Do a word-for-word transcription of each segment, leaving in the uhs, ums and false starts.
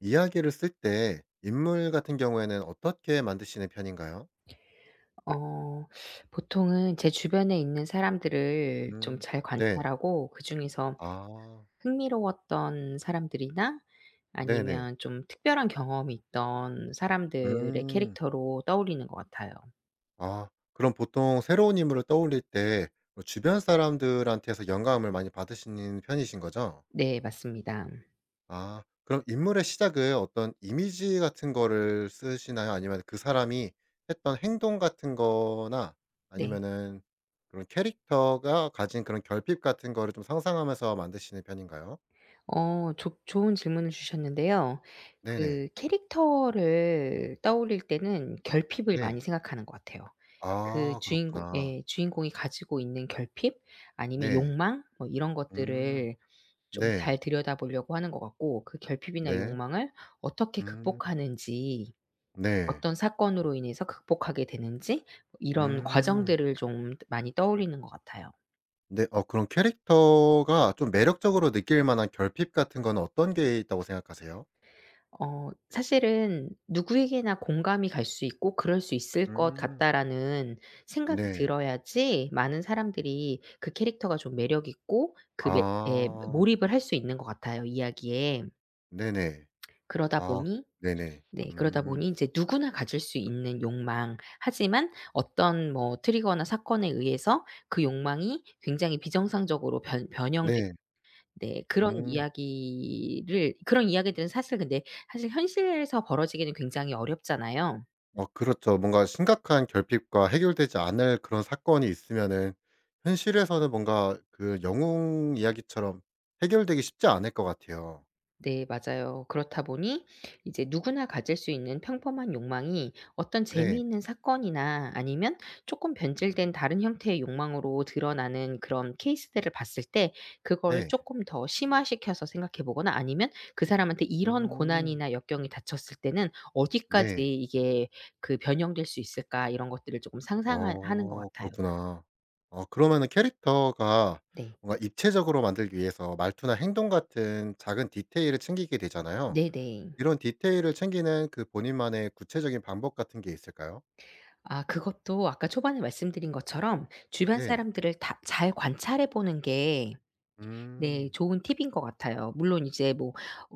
이야기를 쓸 때 인물 같은 경우에는 어떻게 만드시는 편인가요? 어 보통은 제 주변에 있는 사람들을 좀 음. 잘 네. 관찰하고 그중에서 아. 흥미로웠던 사람들이나 네네. 아니면 좀 특별한 경험이 있던 사람들의 음. 캐릭터로 떠올리는 것 같아요. 아. 그럼 보통 새로운 인물을 떠올릴 때 뭐 주변 사람들한테서 영감을 많이 받으시는 편이신 거죠? 네, 맞습니다. 아. 그럼 인물의 시작을 어떤 이미지 같은 거를 쓰시나요? 아니면 그 사람이 했던 행동 같은 거나 네. 아니면은 그런 캐릭터가 가진 그런 결핍 같은 거를 좀 상상하면서 만드시는 편인가요? 어 좋 좋은 질문을 주셨는데요. 네네. 그 캐릭터를 떠올릴 때는 결핍을 네. 많이 생각하는 것 같아요. 그 아 주인공 그렇구나. 예 주인공이 가지고 있는 결핍, 아니면 네. 욕망, 뭐 이런 음. 것들을 좀 네. 잘 들여다보려고 하는 것 같고, 그 결핍이나 네. 욕망을 어떻게 음. 극복하는지, 네. 어떤 사건으로 인해서 극복하게 되는지, 뭐 이런 음. 과정들을 좀 많이 떠올리는 것 같아요. 네. 어 그럼 캐릭터가 좀 매력적으로 느낄 만한 결핍 같은 건 어떤 게 있다고 생각하세요? 어 사실은 누구에게나 공감이 갈 수 있고 '그럴 수 있을 것 음. 같다.'라는 생각이 네. 들어야지 많은 사람들이 그 캐릭터가 좀 매력 있고 그 매 에, 아. 몰입을 할 수 있는 것 같아요, 이야기에. 네네. 그러다 아 보니, 네네. 네, 그러다 음. 보니 이제 누구나 가질 수 있는 욕망, 하지만 어떤 뭐 트리거나 사건에 의해서 그 욕망이 굉장히 비정상적으로 변 변형되는. 네. 네. 그런 음. 이야기를 그런 이야기들은 사실, 근데 사실 현실에서 벌어지기는 굉장히 어렵잖아요. 어 그렇죠. 뭔가 심각한 결핍과 해결되지 않을 그런 사건이 있으면은 현실에서는 뭔가 그 영웅 이야기처럼 해결되기 쉽지 않을 것 같아요. 네, 맞아요. 그렇다 보니 이제 누구나 가질 수 있는 평범한 욕망이 어떤 네. 재미있는 사건이나 아니면 쪼끔 변질된 음 다른 형태의 욕망으로 드러나는 그런 케이스들을 봤을 때, 그걸 네. 쪼끔 더 심화시켜서 생각해 보거나, 아니면 그 사람한테 이런 음 고난이나 역경이 닥쳤을 때는 네. 어디까지 이게 그 변형될 수 있을까, 이런 것들을 조금 상상하 하는 것 어 같아요. 그렇구나. 어 그러면은 캐릭터가 네. 뭔가 입체적으로 만들기 위해서 말투나 행동 같은 작은 디테일을 챙기게 되잖아요. 네네. 이런 디테일을 챙기는 그 본인만의 구체적인 방법 같은 게 있을까요? 아, 그것도 아까 초반에 말씀드린 것처럼 주변 네. 사람들을 다 잘 관찰해 보는 게, 네, 음. 좋은 팁인 것 같아요. 물론 이제 뭐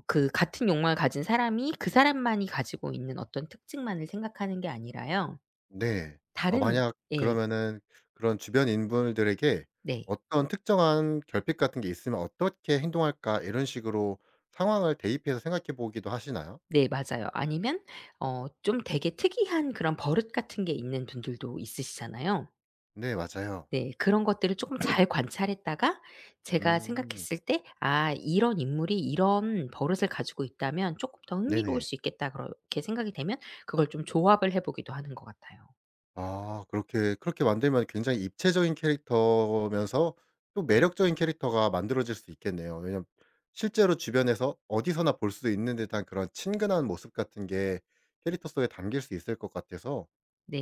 그 같은 욕망을 가진 사람이 그 사람만이 가지고 있는 어떤 특징만을 생각하는 게 아니라요. 네. 어 다른. 만약 예. 그러면은 그런 주변 인물들에게 네. 어떤 특정한 결핍 같은 게 있으면 '어떻게 행동할까?' 이런 식으로 상황을 대입해서 생각해 보기도 하시나요? 네, 맞아요. 아니면 어 좀 되게 특이한 그런 버릇 같은 게 있는 분들도 있으시잖아요. 네 맞아요. 네. 그런 것들을 조금 잘 관찰했다가, 제가 음 생각했을 때 '아, 이런 인물이 이런 버릇을 가지고 있다면 조금 더 흥미로울 네네. 수 있겠다.' 그렇게 생각이 되면 그걸 좀 조합을 해 보기도 하는 것 같아요. 아 그렇게 그렇게 만들면 굉장히 입체적인 캐릭터면서 또 매력적인 캐릭터가 만들어질 수 있겠네요. 왜냐면 실제로 주변에서 어디서나 볼 수 있는 듯한 그런 친근한 모습 같은 게 캐릭터 속에 담길 수 있을 것 같아서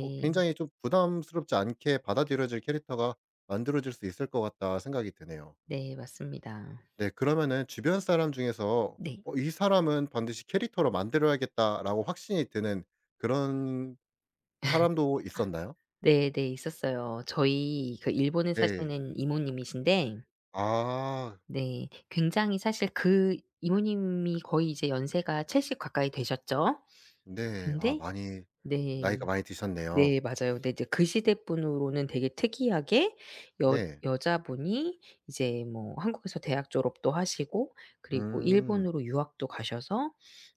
어 굉장히 좀 부담스럽지 않게 받아들여질 캐릭터가 만들어질 수 있을 것 같다 생각이 드네요. 네. 맞습니다. 네 그러면은 주변 사람 중에서 네. '어 이 사람은 반드시 캐릭터로 만들어야겠다.'라고 확신이 드는 그런 사람도 있었나요? 네네. 있었어요. 저희 그 일본에 네. 사시는 이모님이신데, 아 네, 굉장히 사실 그 이모님이 거의 이제 연세가 칠십 가까이 되셨죠. 네. 아 근데. 많이 네. 나이가 많이 드셨네요. 네, 맞아요. 근데 이제 그 시대분으로는 되게 특이하게 여 네. 여자분이 이제 뭐 한국에서 대학 졸업도 하시고, 그리고 음. 일본으로 유학도 가셔서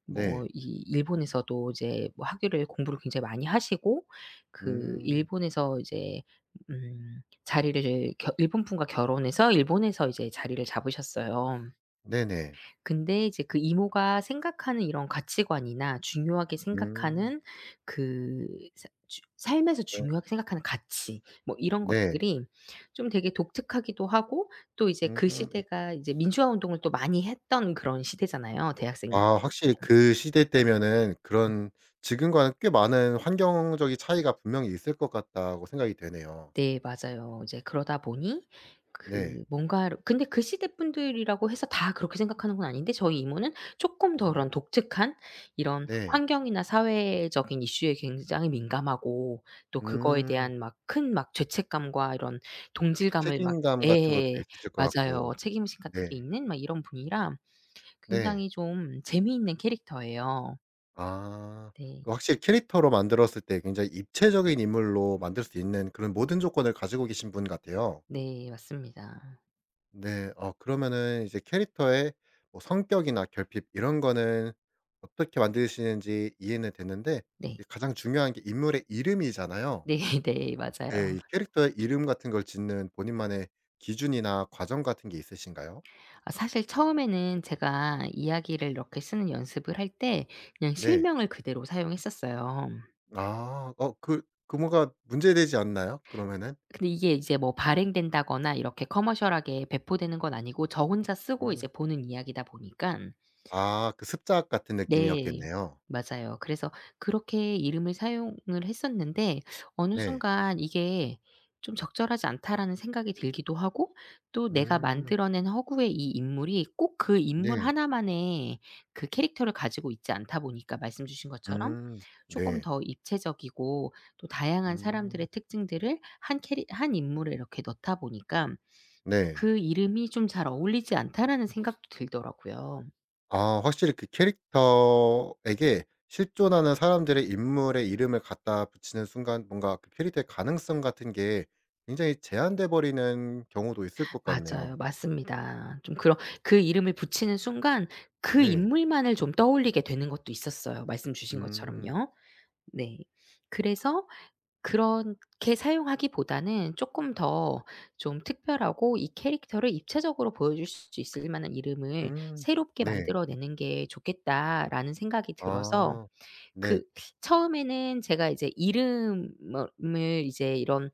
뭐 네. 이 일본에서도 이제 뭐 학위를 공부를 굉장히 많이 하시고 그 음. 일본에서 이제 음 자리를 겨 일본 분과 결혼해서 일본에서 이제 자리를 잡으셨어요. 네네. 근데 이제 그 이모가 생각하는 이런 가치관이나 중요하게 음. 생각하는 그, 사 주 삶에서 어 중요하게 생각하는 가치, 뭐 이런 네. 것들이 좀 되게 독특하기도 하고, 또 이제 음. 그 시대가 이제 민주화 운동을 또 많이 했던 그런 시대잖아요, 아 대학생들이면. 확실히 그 시대 때면은 그런 지금과는 꽤 많은 환경적인 차이가 분명히 있을 것 같다고 생각이 되네요. 네, 맞아요. 이제 그러다 보니 네. 그 뭔가, 근데 그 시대 분들이라고 해서 다 그렇게 생각하는 건 아닌데 저희 이모는 쪼끔 더 음 그런 독특한 이런 네. 환경이나 사회적인 이슈에 굉장히 민감하고 또 그거에 음. 대한 막 큰 막 죄책감과 이런 동질감을 막. 책임감 같은 것도 예, 있으실 것 맞아요. 같고. 책임의식 같은 게 네. 있는 막 이런 분이라 네. 굉장히 좀 재미있는 캐릭터예요. 아. 네. 그 확실히 캐릭터로 만들었을 때 굉장히 입체적인 인물로 만들 수 있는 그런 모든 조건을 가지고 계신 분 같아요. 네, 맞습니다. 네. 어 그러면은 이제 캐릭터의 뭐 성격이나 결핍 이런 거는 어떻게 만드시는지 이해는 됐는데 이 네. 가장 중요한 게 인물의 이름이잖아요. 네네 맞아요. 네. 이 캐릭터의 이름 같은 걸 짓는 본인만의 기준이나 과정 같은 게 있으신가요? 아, 사실 처음에는 제가 이야기를 이렇게 쓰는 연습을 할 때 그냥 네. 실명을 그대로 사용했었어요. 아. 어 그 그 뭐가 문제되지 않나요? 그러면은? 근데 이게 이제 뭐 발행된다거나 이렇게 커머셜하게 배포되는 건 아니고 저 혼자 쓰고 이제 음. 보는 이야기다 보니까. 아 그 습작 같은 네. 느낌이었겠네요. 맞아요. 그래서 그렇게 이름을 사용을 했었는데 어느 네. 순간 이게 좀 '적절하지 않다.'라는 생각이 들기도 하고, 또 내가 음. 만들어낸 허구의 이 인물이 꼭 그 인물 네. 하나만의 그 캐릭터를 가지고 있지 않다 보니까, 말씀 주신 것처럼 음. 조금 네. 더 입체적이고 또 다양한 음. 사람들의 특징들을 한 캐릭 한 인물에 이렇게 넣다 보니까 네. 그 이름이 좀 잘 어울리지 않다라는 생각도 들더라고요. 아 확실히 그 캐릭터에게 실존하는 사람들의 인물의 이름을 갖다 붙이는 순간 뭔가 그 캐릭터의 가능성 같은 게 굉장히 제한돼 버리는 경우도 있을 것 맞아요. 같네요. 맞습니다. 좀 그런, 그 이름을 붙이는 순간 그 네. 인물만을 좀 떠올리게 되는 것도 있었어요, 말씀 주신 음. 것처럼요. 네. 그래서 그렇게 사용하기보다는 쪼끔 더 좀 특별하고 이 캐릭터를 입체적으로 보여줄 수 있을 만한 이름을 음. 새롭게 네. 만들어내는 게 좋겠다라는 생각이 들어서 아. 네. 그 처음에는 제가 이제 이름을 이제 이런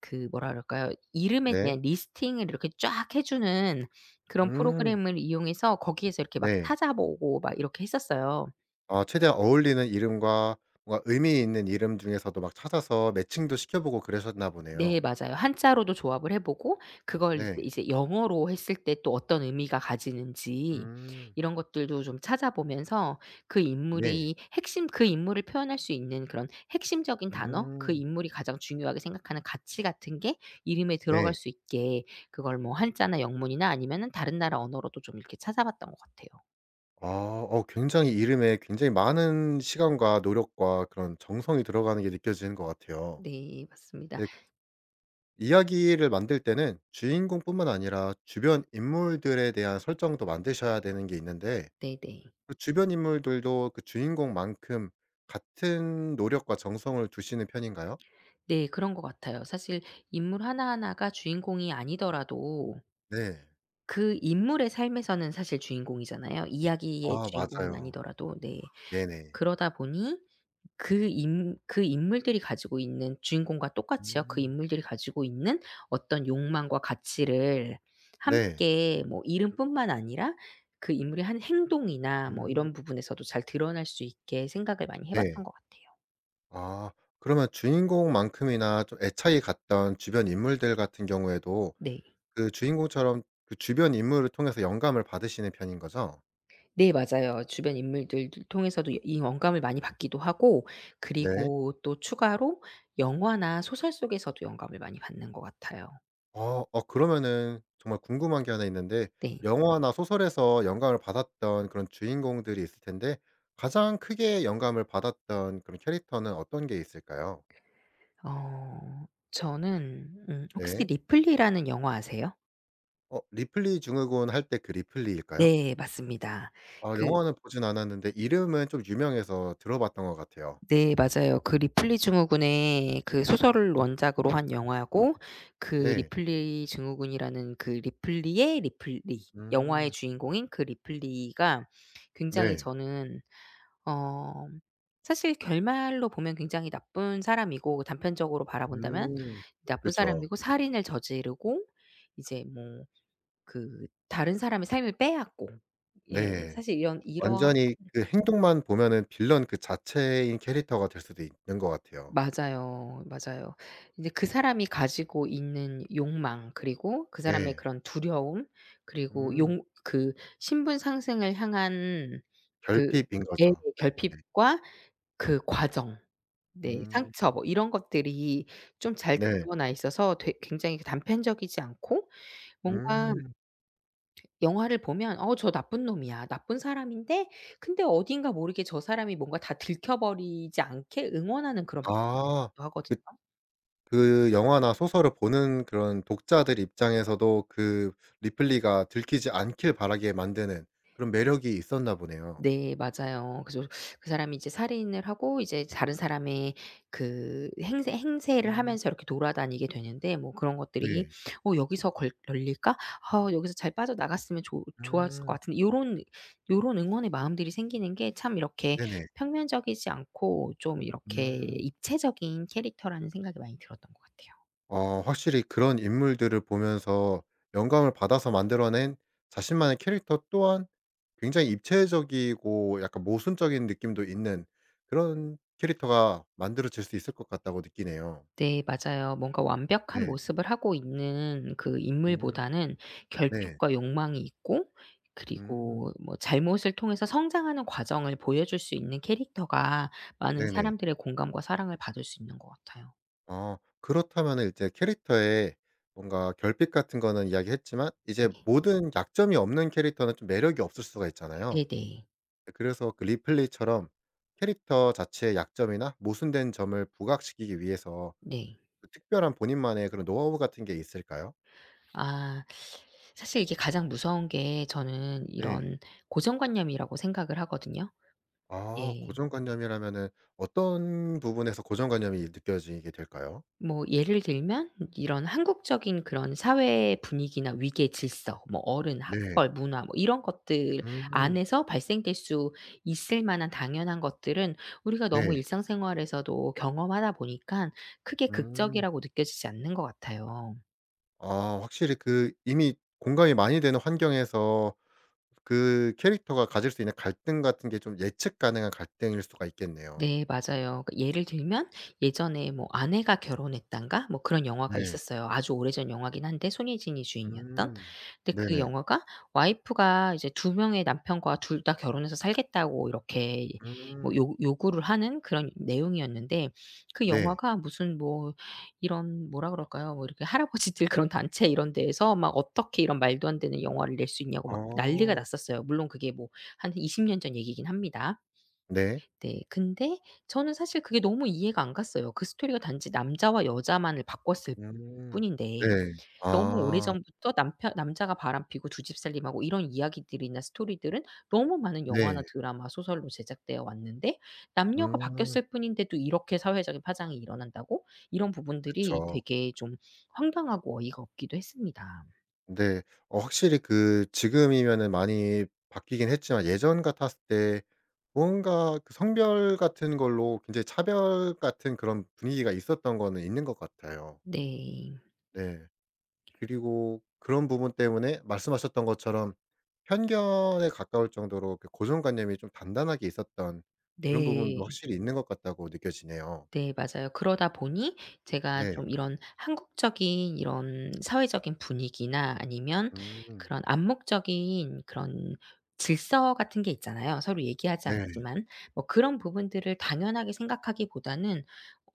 그, 뭐라 그럴까요? 이름에 네. 대한 리스팅을 이렇게 쫙 해 주는 그런 음. 프로그램을 이용해서 거기에서 이렇게 막 네. 찾아보고 막 이렇게 했었어요. 아 최대한 어울리는 이름과 뭔가 의미 있는 이름 중에서도 막 찾아서 매칭도 시켜 보고 그러셨나 네, 보네요. 맞아요. 한자로도 조합을 해 보고 그걸 이제 네. 이제 영어로 했을 때 또 어떤 의미가 가지는지 음. 이런 것들도 좀 찾아보면서 그 네. 인물이 핵심, 그 인물을 표현할 수 있는 그런 핵심적인 단어, 그 음. 인물이 가장 중요하게 생각하는 가치 같은 게 이름에 들어갈 네. 수 있게, 그걸 뭐 한자나 영문이나 아니면은 다른 나라 언어로도 좀 이렇게 찾아봤던 것 같아요. 아 어 굉장히 이름에 굉장히 많은 시간과 노력과 그런 정성이 들어가는 게 느껴지는 것 같아요. 네, 맞습니다. 근데 이야기를 만들 때는 주인공뿐만 아니라 주변 인물들에 대한 설정도 만드셔야 되는 게 있는데 네네. 네. 그 주변 인물들도 그 주인공만큼 같은 노력과 정성을 두시는 편인가요? 네, 그런 것 같아요. 사실 인물 하나하나가 주인공이 아니더라도 네. 그 인물의 삶에서는 사실 주인공이잖아요. 이야기의 아 주인공은 맞아요. 아니더라도. 네. 네네. 그러다 보니 그 인 그 인물들이 가지고 있는 주인공과 똑같이요. 그 음. 인물들이 가지고 있는 어떤 욕망과 가치를 네. 함께 뭐 이름뿐만 아니라 그 인물의 한 행동이나 뭐 음. 이런 부분에서도 잘 드러날 수 있게 생각을 많이 해 봤던 네. 것 같아요. 아 그러면 주인공만큼이나 좀 애착이 갔던 주변 인물들 같은 경우에도 네. 그 주인공처럼 그 주변 인물을 통해서 영감을 받으시는 편인 거죠? 네, 맞아요. 주변 인물들 통해서도 이 영감을 많이 받기도 하고, 네. 그리고 또 추가로 영화나 소설 속에서도 영감을 많이 받는 것 같아요. 어 어 그러면은 정말 궁금한 게 하나 있는데 네. 영화나 소설에서 영감을 받았던 그런 주인공들이 있을 텐데 가장 크게 영감을 받았던 그런 캐릭터는 어떤 게 있을까요? 어, 저는 음, 혹시 네. 리플리라는 영화 아세요? 어 리플리 증후군 할 때 그 리플리일까요? 네, 맞습니다. 아 그. 영화는 보진 않았는데 이름은 좀 유명해서 들어봤던 것 같아요. 네, 맞아요. 그 리플리 증후군의 그 소설을 원작으로 한 영화고 그 네. 리플리 증후군이라는 그 리플리의 리플리 영화의 음. 주인공인 그 리플리가 굉장히 네. 저는 어 사실 결말로 보면 굉장히 나쁜 사람이고 단편적으로 바라본다면 음. 나쁜 그쵸. 사람이고 살인을 저지르고 이제 뭐 그 다른 사람의 삶을 빼앗고, 예, 네. 사실 이런 이러 완전히 그 행동만 보면은 빌런 그 자체인 캐릭터가 될 수도 있는 것 같아요. 맞아요. 맞아요. 이제 그 사람이 가지고 있는 욕망, 그리고 그 사람의 네. 그런 두려움, 그리고 음. 용 그 신분 상승을 향한 그 결핍인 의 거죠. 네. 결핍과 그 과정, 네, 음. 상처, 뭐 이런 것들이 좀 잘 네. 드러나 있어서 되 굉장히 그 단편적이지 않고 뭔가 음. 영화를 보면 '어, 저 나쁜 놈이야. 나쁜 사람인데 근데 어딘가 모르게 저 사람이 뭔가 다 들켜 버리지 않게 응원하는 그런' 아. 하거든요. 그 그 영화나 소설을 보는 그런 독자들 입장에서도 그 리플리가 들키지 않길 바라게 만드는 그런 매력이 있었나 보네요. 네, 맞아요. 그래서 그 사람이 이제 살인을 하고 이제 다른 사람의 그 행세 행세를 음. 하면서 이렇게 돌아다니게 되는데 뭐 그런 것들이 네. '어, 여기서 걸 걸릴까? 아, 여기서 잘 빠져나갔으면 좋 좋았을 것 음. 같은데.' 요런 요런 응원의 마음들이 생기는 게 참 이렇게 네네. 평면적이지 않고 좀 이렇게 음. 입체적인 캐릭터라는 생각이 많이 들었던 것 같아요. 어 확실히 그런 인물들을 보면서 영감을 받아서 만들어낸 자신만의 캐릭터 또한 굉장히 입체적이고 약간 모순적인 느낌도 있는 그런 캐릭터가 만들어질 수 있을 것 같다고 느끼네요. 네, 맞아요. 뭔가 완벽한 네. 모습을 하고 있는 그 음. 인물보다는 네. 결핍과 욕망이 있고, 음. 그리고 뭐 잘못을 통해서 성장하는 과정을 보여줄 수 있는 캐릭터가 많은 네네. 사람들의 공감과 사랑을 받을 수 있는 것 같아요. 어 그렇다면 이제 캐릭터에 뭔가 결핍 같은 거는 이야기했지만 네. 이제 모든 약점이 없는 캐릭터는 좀 매력이 없을 수가 있잖아요. 네네. 그래서 그 리플리처럼 캐릭터 자체의 약점이나 모순된 점을 부각시키기 위해서 네. 그 특별한 본인만의 그런 노하우 같은 게 있을까요? 아, 사실 이게 가장 무서운 게 저는 네. 이런 고정관념이라고 생각을 하거든요. 아 예. 고정관념이라면은 어떤 부분에서 고정관념이 느껴지게 될까요? 뭐 예를 들면 이런 한국적인 그런 사회 분위기나 위계 질서, 뭐 어른, 네. 학벌, 문화 뭐 이런 것들 음. 안에서 발생될 수 있을 만한 당연한 것들은 우리가 너무 네. 일상생활에서도 경험하다 보니까 크게 음. 극적이라고 느껴지지 않는 것 같아요. 아 확실히 그 이미 공감이 많이 되는 환경에서 그 캐릭터가 가질 수 있는 갈등 같은 게 좀 예측 가능한 갈등일 수가 있겠네요. 네, 맞아요. 그 예를 들면 예전에 뭐 아내가 결혼했단가 뭐 그런 영화가 네. 있었어요. 아주 오래전 영화긴 한데, 손예진이 주인이었던. 음. 근데 그 네네. 영화가 와이프가 이제 두 명의 남편과 둘 다 결혼해서 살겠다고 이렇게 뭐 음. 요 요구를 하는 그런 내용이었는데, 그 네. 영화가 무슨 뭐 이런, 뭐라 그럴까요? 뭐 이렇게 할아버지들 그런 단체 이런 데에서 막 "어떻게 이런 말도 안 되는 영화를 낼 수 있냐."고 막 난리가 어. 났었어요. 물론 그게 뭐 한 이십 년 전 얘기긴 합니다. 네. 네. 근데 저는 사실 그게 너무 이해가 안 갔어요. 그 스토리가 단지 남자와 여자만을 바꿨을 음. 네. 뿐인데 너무 아. 오래전부터 남편, 남자가 바람피고 두 집 살림하고 이런 이야기들이나 스토리들은 너무 많은 네. 영화나 드라마, 소설로 제작되어 왔는데 남녀가 음. 바뀌었을 뿐인데도 이렇게 사회적인 파장이 일어난다고? 이런 부분들이 그쵸. 되게 좀 황당하고 어이가 없기도 했습니다. 네. 어 확실히 그 지금이면은 많이 바뀌긴 했지만 예전 같았을 때 뭔가 그 성별 같은 걸로 굉장히 차별 같은 그런 분위기가 있었던 거는 있는 것 같아요. 네. 네. 그리고 그런 부분 때문에 말씀하셨던 것처럼 편견에 가까울 정도로 그 고정관념이 좀 단단하게 있었던 그런 부분도 네. 확실히 있는 것 같다고 느껴지네요. 네, 맞아요. 그러다 보니 제가 네. 좀 이런 한국적인 이런 사회적인 분위기나 아니면 음. 그런 암묵적인 그런 질서 같은 게 있잖아요. 서로 얘기하지 네. 않지만 뭐 그런 부분들을 당연하게 생각하기보다는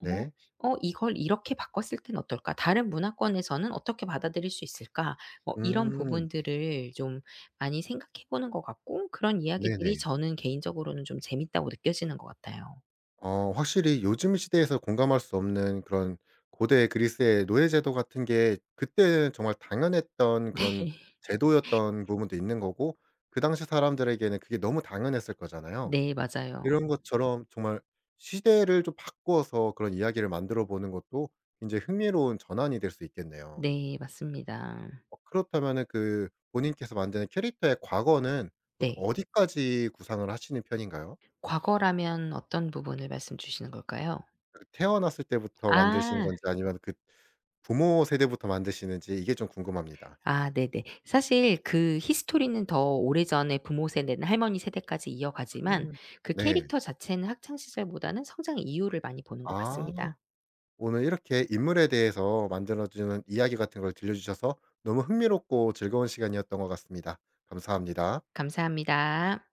어 '어, 이걸 이렇게 바꿨을 땐 어떨까? 다른 문화권에서는 어떻게 받아들일 수 있을까?' 뭐 이런 음. 부분들을 좀 많이 생각해 보는 것 같고 그런 이야기들이 네네. 저는 개인적으로는 좀 재밌다고 느껴지는 것 같아요. 어 확실히 요즘 시대에서 공감할 수 없는 그런 고대 그리스의 노예 제도 같은 게 그때는 정말 당연했던 네. 그런 제도였던 부분도 있는 거고 그 당시 사람들에게는 그게 너무 당연했을 거잖아요. 네, 맞아요. 이런 것처럼 정말 시대를 좀 바꾸어서 그런 이야기를 만들어 보는 것도 굉장히 흥미로운 전환이 될 수 있겠네요. 네, 맞습니다. 어 그렇다면은 그 본인께서 만드는 캐릭터의 과거는 보통 네. 어디까지 구상을 하시는 편인가요? 과거라면 어떤 부분을 말씀 주시는 걸까요? 그 태어났을 때부터 만드신 아. 건지 아니면 그 부모 세대부터 만드시는지 이게 좀 궁금합니다. 아, 네네. 사실 그 히스토리는 더 오래전에 부모 세대나 할머니 세대까지 이어가지만 음. 그 네. 캐릭터 자체는 학창 시절보다는 성장 이유를 많이 보는 것 같습니다. 아 오늘 이렇게 인물에 대해서 만들어 주는 이야기 같은 걸 들려 주셔서 너무 흥미롭고 즐거운 시간이었던 것 같습니다. 감사합니다. 감사합니다.